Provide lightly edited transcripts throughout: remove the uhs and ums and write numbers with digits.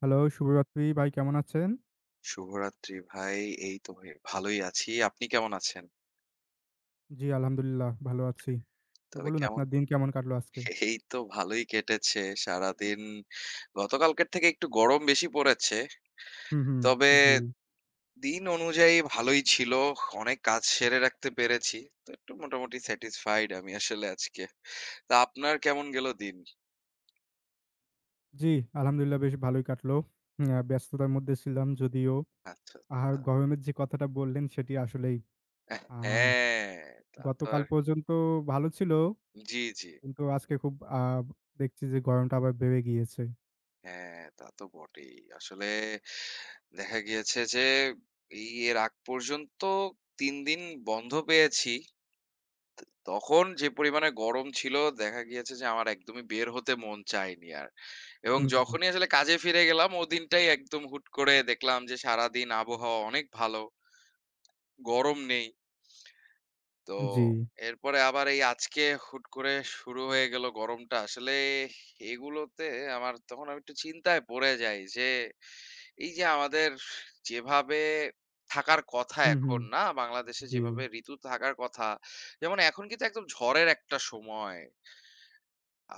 Hello, শুভরাত্রি ভাই কেমন আছেন? শুভরাত্রি ভাই। এই তো ভাই ভালোই আছি। আপনি কেমন আছেন? জি, আলহামদুলিল্লাহ ভালো আছি। তো তবে বলুন কেমন আপনার দিন কেমন কাটলো আজকে? এই তো ভালোই কেটেছে সারাদিন। গতকালকের থেকে একটু গরম বেশি পড়েছে। হুম, হুম। তবে জি, দিন অনুযায়ী ভালোই ছিল। অনেক কাজ সেরে রাখতে পেরেছি। তো একটু মোটামুটি স্যাটিসফাইড আমি আসলে আজকে। তা আপনার কেমন গেল দিন? জি আলহামদুলিল্লাহ বেশ ভালোই কাটলো। ব্যস্ততার মধ্যে ছিলাম যদিও। আচ্ছা, আর আচ্ছা। গরমের যে কথাটা বললেন সেটি আসলেই আ হ্যাঁ, তা তো গতকাল আর পর্যন্ত ভালো ছিল। জি, জি। কিন্তু আজকে খুব দেখছি যে গরমটা আবার বেড়ে গিয়েছে। হ্যাঁ, তা তো বটেই। আসলে দেখা গিয়েছে যে এর আগ পর্যন্ত ৩ দিন বন্ধ পেয়েছি। তখন যে পরিমাণে গরম ছিল, দেখা গিয়েছে যে আমার একদমই বের হতে মন চায়নি আর। এবং হুম, হুম। যখনই আসলে কাজে ফিরে গেলাম, ওদিনটাই একদম হুট করে দেখলাম যে সারাদিন আবহাওয়া অনেক ভালো, গরম নেই। তো জি। এরপরে আবার এই আজকে হুট করে শুরু হয়ে গেল গরমটা। আসলে এগুলোতে আমার তখন আমি একটু চিন্তায় পড়ে যাই যে এই যে আমাদের যেভাবে থাকার কথা হুম, হুম। এখন না, বাংলাদেশে জি, যেভাবে ঋতু থাকার কথা, যেমন এখন কিন্তু একদম ঝড়ের একটা সময়।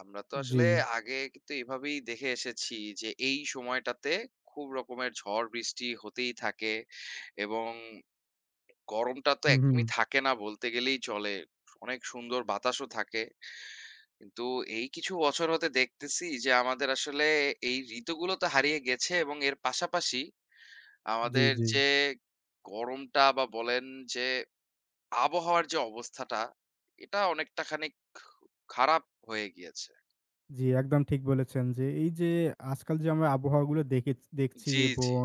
আমরা তো জি। আসলে আগে কিন্তু এভাবেই দেখে এসেছি যে এই সময়টাতে খুব রকমের ঝড় বৃষ্টি হতেই থাকে এবং গরমটা তো হুম, হুম। একদমই থাকে না বলতে গেলেই চলে। অনেক সুন্দর বাতাসও থাকে। কিন্তু এই কিছু বছর হতে দেখতেছি যে আমাদের আসলে এই ঋতুগুলো তো হারিয়ে গেছে এবং এর পাশাপাশি জি, আমাদের জি। যে গরমটা বা বলেন যে আবহাওয়ার যে অবস্থাটা, এটা অনেকটা খানিক খারাপ হয়ে গিয়েছে। জি, একদম ঠিক বলেছেন যে এই যে আজকাল যে আমরা আবহাওয়াগুলো দেখে দেখছি জি, জি। এবং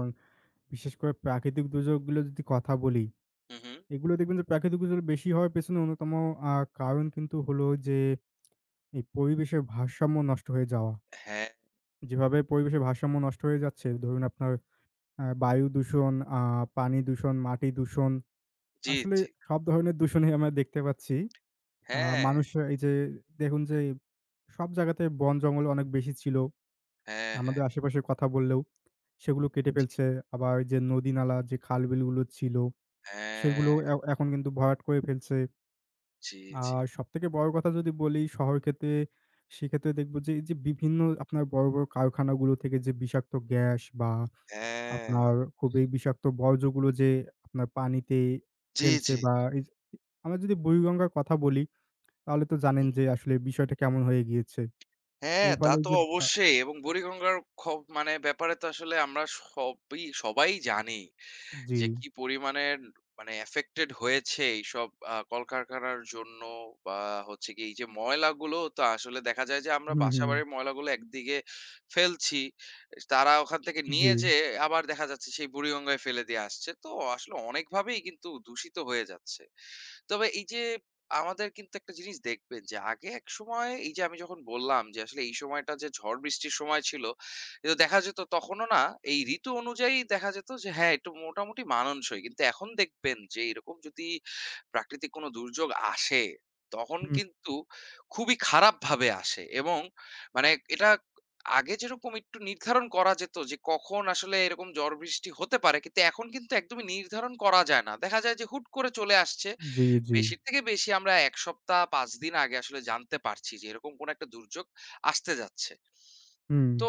বিশেষ করে প্রাকৃতিক দুর্যোগগুলো যদি কথা বলি, হু, হু। এগুলো দেখবেন যে প্রাকৃতিক দুর্যোগ বেশি হওয়ার পেছনে অন্যতম আ কারণ কিন্তু হলো যে এই পরিবেশের ভারসাম্য নষ্ট হয়ে যাওয়া। হ্যাঁ, যেভাবে পরিবেশের ভারসাম্য নষ্ট হয়ে যাচ্ছে ধরুন আপনার বায়ু দূষণ, পানি দূষণ, মাটি দূষণ। জি, আসলে জি। সব ধরনের দূষণই আমরা দেখতে পাচ্ছি। আ হ্যাঁ, মানুষ এই যে দেখুন যে সব জায়গাতে বন-জঙ্গল অনেক বেশি ছিল। হ্যাঁ, হ্যাঁ, আমাদের আশেপাশের কথা বললেও সেগুলো কেটে জি, ফেলছে। আবার যে নদী-নালা, যে খাল-বিলগুলো ছিল, সেগুলো হ্যাঁ, এখন কিন্তু ভরাট করে ফেলছে। জি, জি, আর সবথেকে বড় কথা যদি বলি শহর ক্ষেত্রে, সেক্ষেত্রে দেখব যে এই যে বিভিন্ন আপনার বড়, বড় কারখানাগুলো থেকে যে বিষাক্ত গ্যাস বা হ্যাঁ, আপনার খুবই বিষাক্ত বর্জ্যগুলো যে আপনার পানিতে জি, ফেলছে জি। বা এই যে আমরা যদি বুড়িগঙ্গার কথা বলি, তাহলে তো জানেন হুম। যে আসলে বিষয়টা কেমন হয়ে গিয়েছে। হ্যাঁ, এর তা ফলে এই তো যে আ অবশ্যই। এবং বুড়িগঙ্গার মানে ব্যাপারে তো আসলে আমরা সবাই জানি জি। যে কি পরিমাণে মানে এফেক্টেড হয়েছে এইসব কলকারখানার জন্য। বা হচ্ছে কি, এই যে ময়লাগুলো তো আসলে দেখা যায় যে আমরা হুম, হুম। বাসাবাড়ির ময়লাগুলো একদিকে ফেলছি, তারা ওখান থেকে জি। নিয়ে, যে আবার দেখা যাচ্ছে সেই বুড়িগঙ্গায় ফেলে দিয়ে আসছে। তো আসলে অনেকভাবেই কিন্তু দূষিত হয়ে যাচ্ছে। তবে এই যে আমাদের কিন্তু একটা জিনিস দেখবেন যে আগে একসময়, এই যে আমি যখন বললাম যে আসলে এই সময়টা যে ঝড় বৃষ্টির সময় ছিল, কিন্তু দেখা যেত তখনও না, এই ঋতু অনুযায়ী দেখা যেত যে হ্যাঁ, একটু মোটামুটি মানানসই। কিন্তু এখন দেখবেন যে এরকম যদি প্রাকৃতিক কোনো দুর্যোগ আসে, তখন হুম। কিন্তু খুবই খারাপ ভাবে আসে। এবং মানে এটা আগে যেরকম একটু নির্ধারণ করা যেত যে কখন আসলে এরকম ঝড় বৃষ্টি হতে পারে, কিন্তু এখন কিন্তু একদমই নির্ধারণ করা যায় না, দেখা যায় যে হুট করে চলে আসছে। জি, জি। বেশির থেকে বেশি আমরা ১ সপ্তাহ ৫ দিন আগে আসলে জানতে পারছি যে এরকম কোন একটা দুর্যোগ আসতে যাচ্ছে। হুম, তো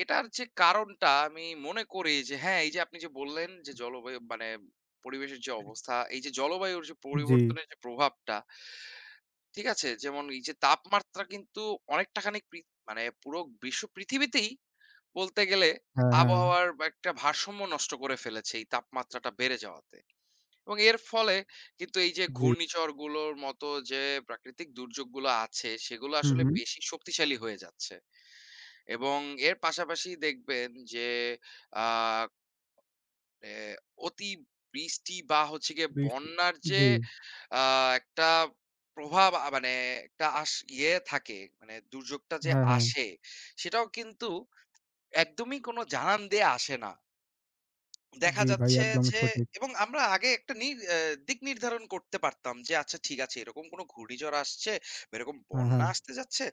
এটার যে কারণটা আমি মনে করি যে হ্যাঁ, এই যে আপনি যে বললেন যে জলবায়ু, মানে পরিবেশের যে অবস্থা, এই যে জলবায়ুর যে জি। পরিবর্তনের যে প্রভাবটা, ঠিক আছে? যেমন এই যে তাপমাত্রা কিন্তু অনেকটা খানিক মানে পুরো বিশ্ব পৃথিবীতেই বলতে গেলে হ্যাঁ, হ্যাঁ। আবহাওয়ার একটা ভারসাম্য নষ্ট করে ফেলেছে এই তাপমাত্রাটা বেড়ে যাওয়াতে। এবং এর ফলে কিন্তু এই যে জি। ঘূর্ণিঝড়গুলোর মতো যে প্রাকৃতিক দুর্যোগগুলো আছে, সেগুলো হুম, আসলে হুম। বেশি শক্তিশালী হয়ে যাচ্ছে। এবং এর পাশাপাশি দেখবেন যে আহ, এ, অতি বৃষ্টি, বা হচ্ছে গিয়ে বৃষ্টি বন্যার যে জি। একটা প্রভাব মানে একটা আস ইয়ে থাকে, মানে দুর্যোগটা যে হ্যাঁ, হ্যাঁ। আসে, সেটাও কিন্তু একদমই কোনো জানান দিয়ে আসে না, দেখা জি ভাই যাচ্ছে একদম যে। সঠিক। এবং আমরা আগে একটা নি অ্যা দিক নির্ধারণ করতে পারতাম যে, আচ্ছা ঠিক আছে, এরকম কোনো ঘূর্ণিঝড় আসছে বা এরকম হ্যাঁ, হ্যাঁ। বন্যা আসতে যাচ্ছে।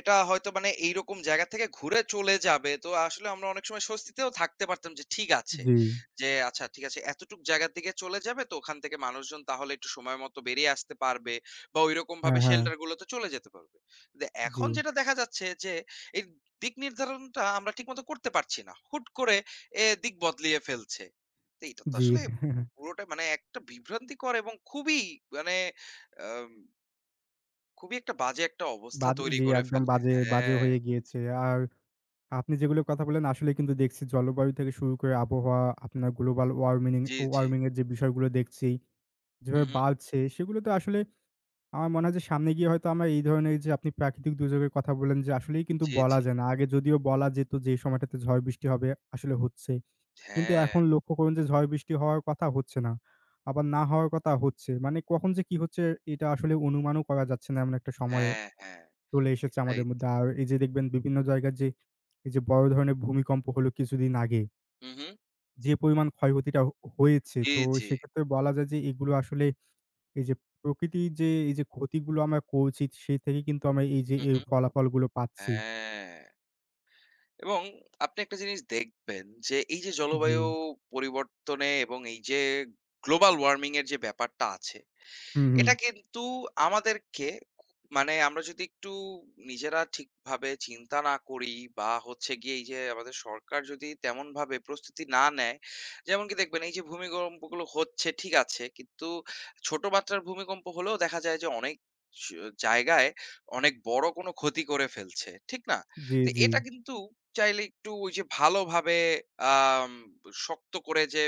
এটা হয়তো মানে এইরকম জায়গা থেকে ঘুরে চলে যাবে। তো আসলে আমরা অনেক সময় স্বস্তিতেও থাকতে পারতাম যে ঠিক আছে। জি। যে আচ্ছা ঠিক আছে, এতটুক জায়গার দিকে চলে যাবে, তো ওখান থেকে মানুষজন তাহলে একটু সময় মতো বেরিয়ে আসতে পারবে, বা ঐরকম হ্যাঁ, ভাবে হ্যাঁ। শেল্টার গুলোতে চলে যেতে পারবে। কিন্তু জি, এখন যেটা দেখা যাচ্ছে যে, এই দিক নির্ধারণটা আমরা ঠিকমতো করতে পারছি না। হুট করে এ দিক বদলিয়ে ফেলছে। তো এটা তো জি। আসলে পুরোটা মানে একটা বিভ্রান্তিকর এবং খুবই মানে আম খুবই একটা বাজে একটা অবস্থা বাজে তৈরি জি করে একদম ফেলে। বাজে, বাজে হ্যাঁ, হয়ে গিয়েছে। আর আপনি যেগুলো কথা বললেন আসলে কিন্তু দেখছি জলবায়ু থেকে শুরু করে আবহাওয়া আপনার গ্লোবাল ওয়ার্মিনিং জি, জি। ওয়ার্মিং এর যে বিষয়গুলো দেখছি হু, যেভাবে হু। বাড়ছে সেগুলো তো আসলে আমার মনে হয় যে সামনে গিয়ে হয়তো আমরা এই ধরনের যে আপনি প্রাকৃতিক দুর্যোগের কথা বললেন যে আসলেই কিন্তু জি, বলা জি। যায় না। আগে যদিও বলা যেত যে এই সময়টাতে ঝড় বৃষ্টি হবে, আসলে হচ্ছে। কিন্তু হ্যাঁ, এখন লক্ষ্য করুন যে ঝড় বৃষ্টি হওয়ার কথা হচ্ছে না। আবার না হওয়ার কথা হচ্ছে। মানে কখন যে কি হচ্ছে এটা আসলে অনুমানও করা যাচ্ছে না এমন একটা সময়ে হ্যাঁ, হ্যাঁ। চলে এসেছে এটাই আমাদের তো। মধ্যে। আর এই যে দেখবেন বিভিন্ন জায়গার যে এই যে বড় ধরনের ভূমিকম্প হলো কিছুদিন আগে। হু, হু। যে পরিমাণ ক্ষয়ক্ষতিটা হয়েছে জি, তো জি। সেক্ষেত্রে বলা যায় যে এগুলো আসলে এই যে প্রকৃতির যে এই যে ক্ষতিগুলো আমরা করছি, সেই থেকে কিন্তু আমরা এই যে হু, এই হু। ফলাফলগুলো পাচ্ছি। হ্যাঁ। এবং আপনি একটা জিনিস দেখবেন যে এই যে জি। জলবায়ু পরিবর্তনে এবং এই যে গ্লোবাল ওয়ার্মিং এর যে ব্যাপারটা আছে, হুম, হুম। এটা কিন্তু আমাদেরকে মানে আমরা যদি একটু নিজেরা ঠিকভাবে চিন্তা না করি বা হচ্ছে গিয়ে এই যে আমাদের সরকার যদি তেমন ভাবে প্রস্তুতি না নেয়, যেমন কি দেখবেন এই যে ভূমিকম্পগুলো হচ্ছে ঠিক আছে, কিন্তু ছোট মাত্রার ভূমিকম্প হলেও দেখা যায় যে অনেক জায়গায় অনেক বড় কোনো ক্ষতি করে ফেলছে, ঠিক না? জি, তো জি। এটা কিন্তু চাইলে একটু ওই যে ভালোভাবে আহ শক্ত করে যে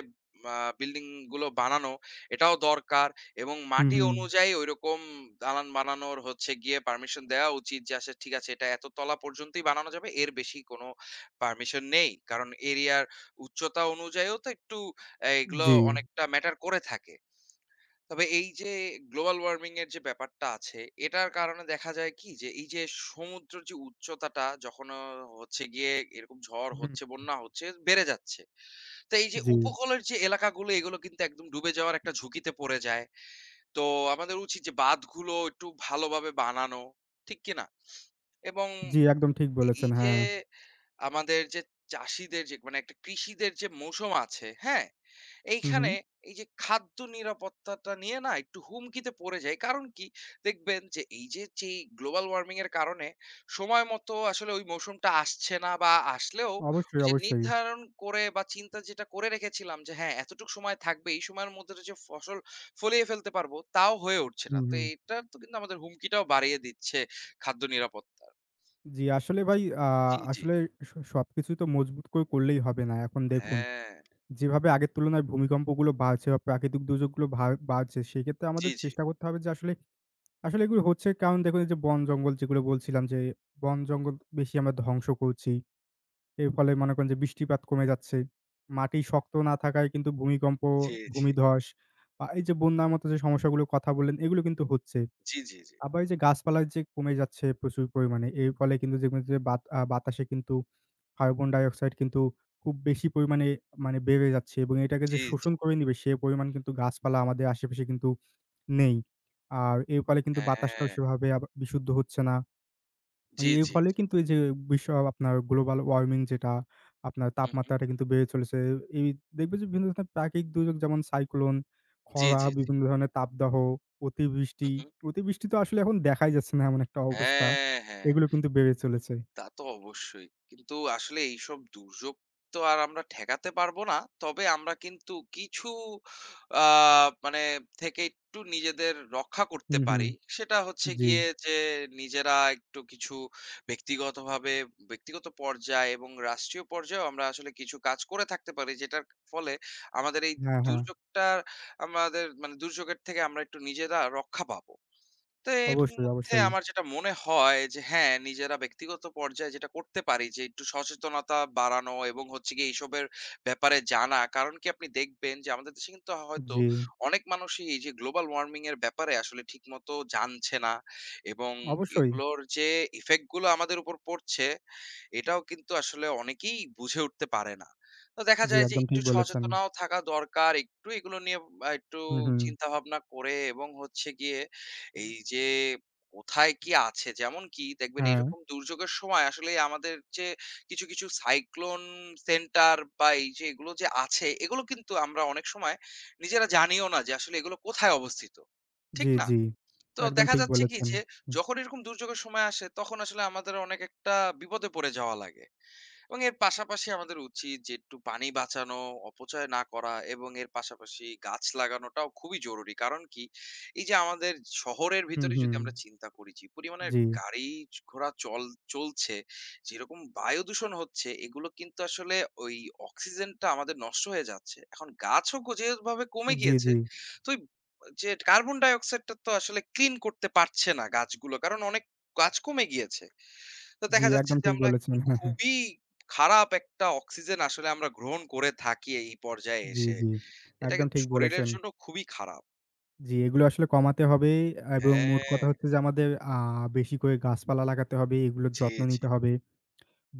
বিল্ডিং গুলো বানানো, এটাও দরকার। এবং হুম, মাটি হুম। অনুযায়ী ঐরকম দালান বানানোর হচ্ছে গিয়ে পারমিশন দেওয়া উচিত যে আচ্ছা ঠিক আছে, এটা এত তলা পর্যন্তই বানানো যাবে, এর বেশি কোনো পারমিশন নেই। কারণ এরিয়ার উচ্চতা অনুযায়ীও তো একটু এগুলো জি। অনেকটা ম্যাটার করে থাকে। তবে এই যে গ্লোবাল ওয়ার্মিং এর যে ব্যাপারটা আছে, এটার কারণে দেখা যায় কি যে এই যে সমুদ্রের যে উচ্চতাটা যখন হচ্ছে গিয়ে এরকম ঝড় হুম, হচ্ছে, বন্যা হচ্ছে, বেড়ে যাচ্ছে, তো এই যে জি। উপকূলের যে এলাকাগুলো, এগুলো কিন্তু একদম ডুবে যাওয়ার একটা ঝুঁকিতে পড়ে যায়। তো আমাদের উচিত যে বাঁধগুলো একটু ভালোভাবে বানানো, ঠিক কি না? এবং জি, একদম ঠিক এই বলেছেন। যে হ্যাঁ। আমাদের যে চাষীদের যে মানে একটা কৃষিদের যে মৌসুম আছে, হ্যাঁ? হুম, এইখানে হুম। এই যে খাদ্য নিরাপত্তাটা নিয়ে না একটু হুমকিতে পড়ে যায়। কারণ কি? দেখবেন যে এই যে যেই গ্লোবাল ওয়ার্মিং এর কারণে সময় মতো আসলে ওই মৌসুমটা আসছে না, বা আসলেও ওই অবশ্যই, যে অবশ্যই। নির্ধারণ করে বা চিন্তা যেটা করে রেখেছিলাম যে হ্যাঁ, এতটুক সময় থাকবে, এই সময়ের মধ্যে যে ফসল ফলিয়ে ফেলতে পারবো, তাও হয়ে উঠছে না। হুম, তো হুম। এটা তো কিন্তু আমাদের হুমকিটাও বাড়িয়ে দিচ্ছে খাদ্য নিরাপত্তার। জি, আসলে ভাই জি, জি। আসলে সবকিছু তো মজবুত করে করলেই হবে না। এখন দেখুন হ্যাঁ। যেভাবে আগের তুলনায় ভূমিকম্পগুলো বাড়ছে বা প্রাকৃতিক দুর্যোগগুলো বাড়ছে, সেক্ষেত্রে জি, আমাদের জি। চেষ্টা করতে হবে যে আসলে আসলে এগুলো হচ্ছে কারণ দেখুন এই যে বন-জঙ্গল যেগুলো বলছিলাম যে, বন-জঙ্গল বেশি আমরা ধ্বংস করছি। এর ফলে মনে করেন যে বৃষ্টিপাত কমে যাচ্ছে। মাটি শক্ত না থাকায় কিন্তু ভূমিকম্প, জি, জি। ভূমিধস বা এই যে বন্যার মতো যে সমস্যাগুলোর কথা বললেন, এগুলো কিন্তু হচ্ছে। জি, জি, জি। আবার এই যে গাছপালা যে কমে যাচ্ছে প্রচুর পরিমাণে, এর ফলে কিন্তু দেখবেন যে বাতাসে কিন্তু কার্বন ডাইঅক্সাইড কিন্তু খুব বেশি পরিমাণে মানে বেড়ে যাচ্ছে এবং এটাকে যে জি, জি। শোষণ করে নিবে সে পরিমাণ কিন্তু গাছপালা আমাদের আশেপাশে কিন্তু নেই। আর এর ফলে কিন্তু বাতাসটাও হ্যাঁ। সেভাবে বিশুদ্ধ হচ্ছে না। জি, এর জি, ফলে জি। কিন্তু এই যে বিশ্ব আপনার গ্লোবাল ওয়ার্মিং যেটা, আপনার হু, হু। তাপমাত্রাটা কিন্তু বেড়ে চলেছে। এই দেখবেন যে বিভিন্ন ধরনের প্রাকৃতিক দুর্যোগ যেমন সাইক্লোন, জি, খরা, জি, জি। বিভিন্ন ধরনের তাপদাহ, হু, অতিবৃষ্টি। হু। অতিবৃষ্টি তো আসলে এখন দেখাই যাচ্ছে না এমন একটা অবস্থা। হ্যাঁ, হ্যাঁ। এগুলো কিন্তু বেড়ে চলেছে। তা তো অবশ্যই। কিন্তু আসলে এইসব দুর্যোগ তো আর আমরা ঠেকাতে পারবো না। তবে আমরা কিন্তু কিছু আ মানে থেকে একটু নিজেদের রক্ষা করতে হুম, হুম। পারি। সেটা হচ্ছে জি। গিয়ে যে নিজেরা একটু কিছু ব্যক্তিগতভাবে, ব্যক্তিগত পর্যায়ে এবং রাষ্ট্রীয় পর্যায়েও আমরা আসলে কিছু কাজ করে থাকতে পারি, যেটার ফলে আমাদের এই হ্যাঁ, হ্যাঁ। দুর্যোগটা, আমাদের মানে দুর্যোগের থেকে আমরা একটু নিজেরা রক্ষা পাবো। তো এর অবশ্যই, মধ্যে অবশ্যই। আমার যেটা মনে হয় যে হ্যাঁ, নিজেরা ব্যক্তিগত পর্যায়ে যেটা করতে পারি, যে একটু সচেতনতা বাড়ানো এবং হচ্ছে গিয়ে এইসবের ব্যাপারে জানা। কারণ কি, আপনি দেখবেন যে আমাদের দেশে কিন্তু হয়তো জি। অনেক মানুষই এই যে গ্লোবাল ওয়ার্মিং এর ব্যাপারে আসলে ঠিকমতো জানছে না, এবং অবশ্যই। এগুলোর যে ইফেক্ট গুলো আমাদের উপর পড়ছে, এটাও কিন্তু আসলে অনেকেই বুঝে উঠতে পারে না। তো দেখা জি, যায় যে একদম একটু ঠিক বলেছেন। সচেতনাও থাকা দরকার। একটু এগুলো নিয়ে একটু হুম, হুম। চিন্তাভাবনা করে, এবং হচ্ছে গিয়ে এই যে কোথায় কি আছে, যেমন কি দেখবেন হ্যাঁ। এরকম দুর্যোগের সময় আসলে আমাদের যে কিছু কিছু সাইক্লোন সেন্টার বা এই যে এগুলো যে আছে, এগুলো কিন্তু আমরা অনেক সময় নিজেরা জানিও না যে আসলে এগুলো কোথায় অবস্থিত, ঠিক জি, না? জি। তো একদম দেখা ঠিক যাচ্ছে কি বলেছেন। যে যখন এরকম দুর্যোগের সময় আসে, তখন আসলে আমাদের অনেক একটা বিপদে পড়ে যাওয়া লাগে। এবং এর পাশাপাশি আমাদের উচিত যে একটু পানি বাঁচানো, অপচয় না করা, এবং এর পাশাপাশি গাছ লাগানোটাও খুবই জরুরি। কারণ কি? এই যে আমাদের শহরের হুম, ভিতরে হুম। যদি আমরা চিন্তা করি যে পরিমাণে জি, গাড়ি চ ঘোড়া চল চলছে, যেরকম বায়ু দূষণ হচ্ছে, এগুলো কিন্তু আসলে ওই অক্সিজেনটা আমাদের নষ্ট হয়ে যাচ্ছে। এখন গাছও যেভাবে কমে জি, গিয়েছে, জি। তো ওই যে কার্বন ডাই অক্সাইডটা তো আসলে ক্লিন করতে পারছে না গাছগুলো। কারণ অনেক গাছ কমে গিয়েছে। তো জি, দেখা যাচ্ছে একদম যে ঠিক আমরা বলেছেন। একদম হ্যাঁ, হ্যাঁ। খুবই খারাপ একটা অক্সিজেন আসলে আমরা গ্রহণ করে থাকি এই পর্যায়ে জি, এসে। জি। এটা একদম কিন্তু ঠিক শরীরের বলেছেন। জন্য খুবই খারাপ। জি, এগুলো আসলে কমাতে হবে এবং মোট কথা হ্যাঁ, হচ্ছে যে আমাদের বেশি করে গাছপালা লাগাতে হবে, এগুলোর জি, যত্ন জি। নিতে হবে।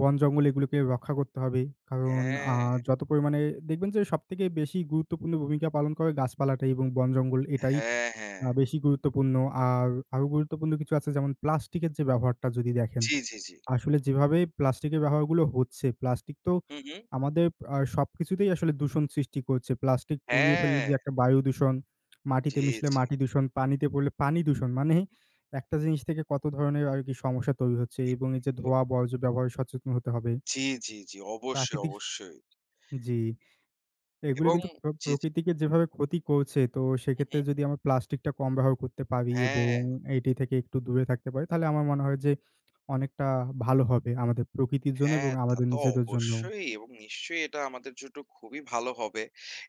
বন-জঙ্গল এগুলোকে রক্ষা করতে হবে। কারণ আ হ্যাঁ, যত পরিমাণে দেখবেন যে সবথেকে বেশি গুরুত্বপূর্ণ ভূমিকা পালন করে গাছপালাটাই এবং বন-জঙ্গল এটাই হ্যাঁ, হ্যাঁ। বেশি গুরুত্বপূর্ণ। আর আরো গুরুত্বপূর্ণ কিছু আছে যেমন প্লাস্টিকের যে ব্যবহারটা যদি দেখেন জি, জি, জি। আসলে যেভাবে প্লাস্টিকের ব্যবহারগুলো হচ্ছে, প্লাস্টিক তো হুম, হুম। আমাদের সবকিছুতেই আসলে দূষণ সৃষ্টি করছে। প্লাস্টিক পুড়িয়ে ফেললে যে হ্যাঁ, একটা বায়ু দূষণ, মাটিতে জি, মিশলে জি। মাটি দূষণ, পানিতে পড়লে পানি দূষণ। মানে একটা জিনিস থেকে কত ধরনের আরকি সমস্যা তৈরি হচ্ছে এবং এই যে তো ধোঁয়া, বর্জ্য ব্যবহারে সচেতন হতে হবে। জি, জি, জি। অবশ্যই, প্রাকৃতিক অবশ্যই। জি। এগুলো এবং কিন্তু জি, জি। প্রকৃতিকে যেভাবে ক্ষতি করছে, তো হুম, সেক্ষেত্রে হুম। যদি আমরা প্লাস্টিকটা কম ব্যবহার করতে পারি এবং হ্যাঁ। এটি থেকে একটু দূরে থাকতে পারি, তাহলে আমার মনে হয় যে অনেকটা ভালো হবে আমাদের প্রকৃতির জন্য এবং হ্যাঁ, তা আমাদের তো নিজেদের জন্যও। অবশ্যই এবং নিশ্চয়ই এটা আমাদের জন্য খুবই ভালো হবে।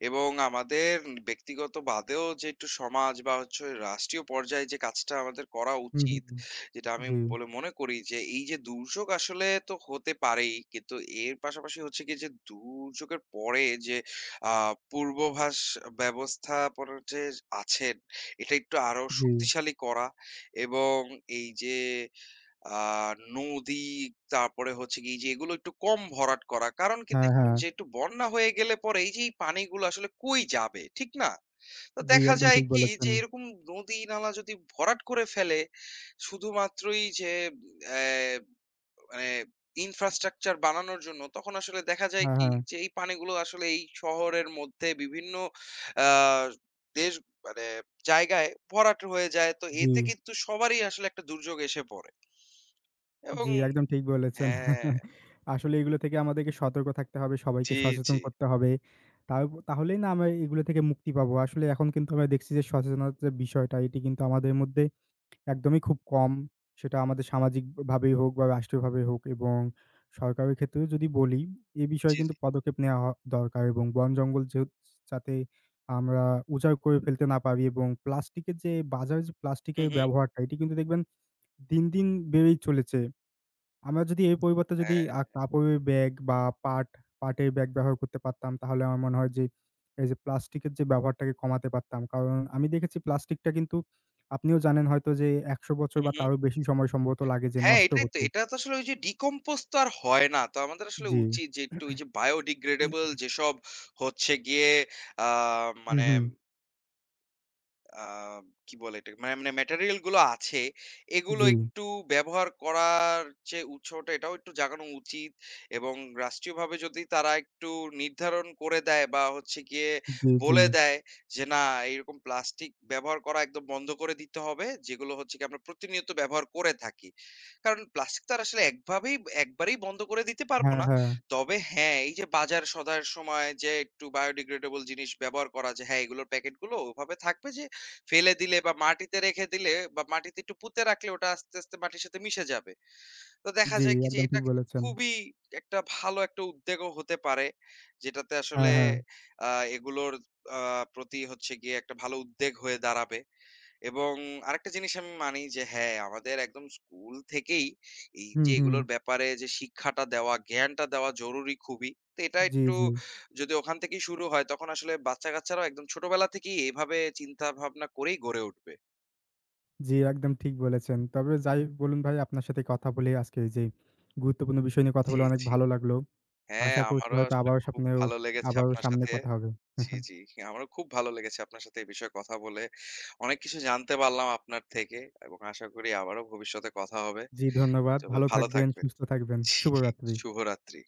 এবং আমাদের ব্যক্তিগত বাদেও যে একটু সমাজ বা হচ্ছে রাষ্ট্রীয় পর্যায়ে যে কাজটা আমাদের করা হুম, হুম, উচিত, হুম। যেটা আমি জি, বলে মনে করি যে এই যে দুর্যোগ আসলে তো হতে পারেই। কিন্তু এর পাশাপাশি হচ্ছে গিয়ে যে দুর্যোগের পরে যে আ পূর্বাভাস ব্যবস্থাপনা যে আছেন, এটা একটু আরো জি। শক্তিশালী করা, এবং এই যে আ নদী, তারপরে হচ্ছে গিয়ে এই যে এগুলো একটু কম ভরাট করা। কারণ কি, হ্যাঁ, দেখুন হ্যাঁ। যে একটু বন্যা হয়ে গেলে পরে এই যে এই পানিগুলো আসলে কই যাবে, ঠিক না? তো জি, দেখা একদম যায় ঠিক কি যে বলেছেন। এরকম নদী নালা যদি ভরাট করে ফেলে, শুধুমাত্রই যে অ্যা মানে ইনফ্রাস্ট্রাকচার বানানোর জন্য, তখন আসলে দেখা যায় হ্যাঁ, কি হ্যাঁ। যে এই পানিগুলো আসলে এই শহরের মধ্যে বিভিন্ন আ দেশ মানে জায়গায় ভরাট হয়ে যায়। তো জি, এতে কিন্তু সবারই আসলে একটা দুর্যোগ এসে পড়ে, এবং জি, একদম ঠিক বলেছেন। হ্যাঁ, আসলে এগুলো থেকে আমাদেরকে সতর্ক থাকতে হবে, সবাইকে জি, জি, সচেতন করতে হবে। তাও তাহলেই না আমরা এগুলো থেকে মুক্তি পাবো। আসলে এখন কিন্তু আমরা দেখছি যে সচেতনতার যে বিষয়টা এটি কিন্তু আমাদের মধ্যে একদমই খুব কম। সেটা আমাদের সামাজিক ভাবেই হোক বা রাষ্ট্রীয়ভাবে হোক এবং সরকারের ক্ষেত্রেও যদি বলি, এ বিষয়ে জি, জি। কিন্তু পদক্ষেপ নেওয়া দরকার এবং বন-জঙ্গল যাতে আমরা উজাড় করে ফেলতে না পারি এবং প্লাস্টিকের যে বাজারে যে হু, প্লাস্টিকের হুম। ব্যবহারটা, এটি কিন্তু দেখবেন দিন, দিন বেড়েই চলেছে। আমরা যদি এর পরিবর্তে যদি হ্যাঁ। কাপড়ের ব্যাগ বা পাট পাটের ব্যাগ ব্যবহার করতে পারতাম, তাহলে আমার মনে হয় যে, এই যে প্লাস্টিকের যে ব্যবহারটাকে কমাতে পারতাম। কারণ আমি দেখেছি প্লাস্টিকটা কিন্তু আপনিও জানেন হয়তো যে ১০০ হু, বছর বা হুম। তারও বেশি সময় সম্ভবত লাগে যে হ্যাঁ, নষ্ট এটাই তো। হতে। এটা তো আসলে ওই যে ডিকম্পোজ তো আর হয় না। তো আমাদের আসলে জি। উচিত যে একটু ওই যে বায়োডিগ্রেডেবল যেসব হচ্ছে গিয়ে আ হু, মানে হু। আ কি বলে এটাকে? মানে মানে ম্যাটেরিয়াল গুলো আছে, এগুলো জি, একটু ব্যবহার করার যে উৎসাহটা, এটাও একটু জাগানো উচিত। এবং রাষ্ট্রীয়ভাবে যদি তারা একটু নির্ধারণ করে দেয় বা হচ্ছে গিয়ে জি, জি। বলে দেয় যে, "না, এরকম প্লাস্টিক ব্যবহার করা একদম বন্ধ করে দিতে হবে।" যেগুলো হচ্ছে গিয়ে আমরা প্রতিনিয়ত ব্যবহার করে থাকি। কারণ প্লাস্টিক তো আর আসলে একভাবেই একবারেই বন্ধ করে দিতে পারবো হ্যাঁ, না। হ্যাঁ। তবে হ্যাঁ, এই যে বাজার সদায় সময় যে একটু বায়োডিগ্রেডেবল জিনিস ব্যবহার করা, যে হ্যাঁ, এগুলোর প্যাকেটগুলো ওভাবে থাকবে যে ফেলে দিলে বা মাটিতে রেখে দিলে, বা মাটিতে একটু পুঁতে রাখলে ওটা আস্তে আস্তে মাটির সাথে মিশে যাবে। তো দেখা জি, যায় কি যে একদম এটা ঠিক কিন্তু বলেছেন। খুবই একটা ভালো একটা উদ্যোগও হতে পারে। যেটাতে আসলে হ্যাঁ, হ্যাঁ। আ এগুলোর আ প্রতি হচ্ছে গিয়ে একটা ভালো উদ্বেগ হয়ে দাঁড়াবে। এবং আরেকটা জিনিস আমি মানি যে হ্যাঁ, আমাদের একদম স্কুল থেকেই এই হু, যে হু। এগুলোর ব্যাপারে যে শিক্ষাটা দেওয়া, জ্ঞানটা দেওয়া জরুরি খুবই। তো এটা জি, একটু জি। যদি ওখান থেকেই শুরু হয়, তখন আসলে বাচ্চা-কাচ্চারাও একদম ছোটবেলা থেকেই এভাবে চিন্তা-ভাবনা করেই গড়ে উঠবে। জি, একদম ঠিক বলেছেন। তবে যাই বলুন ভাই আপনার সাথে কথা বলে আজকে এই যে গুরুত্বপূর্ণ বিষয় নিয়ে কথা জি, বলে অনেক জি। ভালো লাগলো। হ্যাঁ, আশা করছি আমারও হয়তো আসলে আবারও খুব স্বপ্নেও ভালো লেগেছে আবারও আপনার সামনে সাথে। কথা হবে। জি, জি। আমারও খুব ভালো লেগেছে আপনার সাথে এই বিষয়ে কথা বলে। অনেক কিছু জানতে পারলাম আপনার থেকে, এবং আশা করি আবারও ভবিষ্যতে কথা হবে। জি ধন্যবাদ। তবে ভালো ভালো থাকবেন, থাকবেন। সুস্থ থাকবেন। জি, শুভরাত্রি। শুভরাত্রি।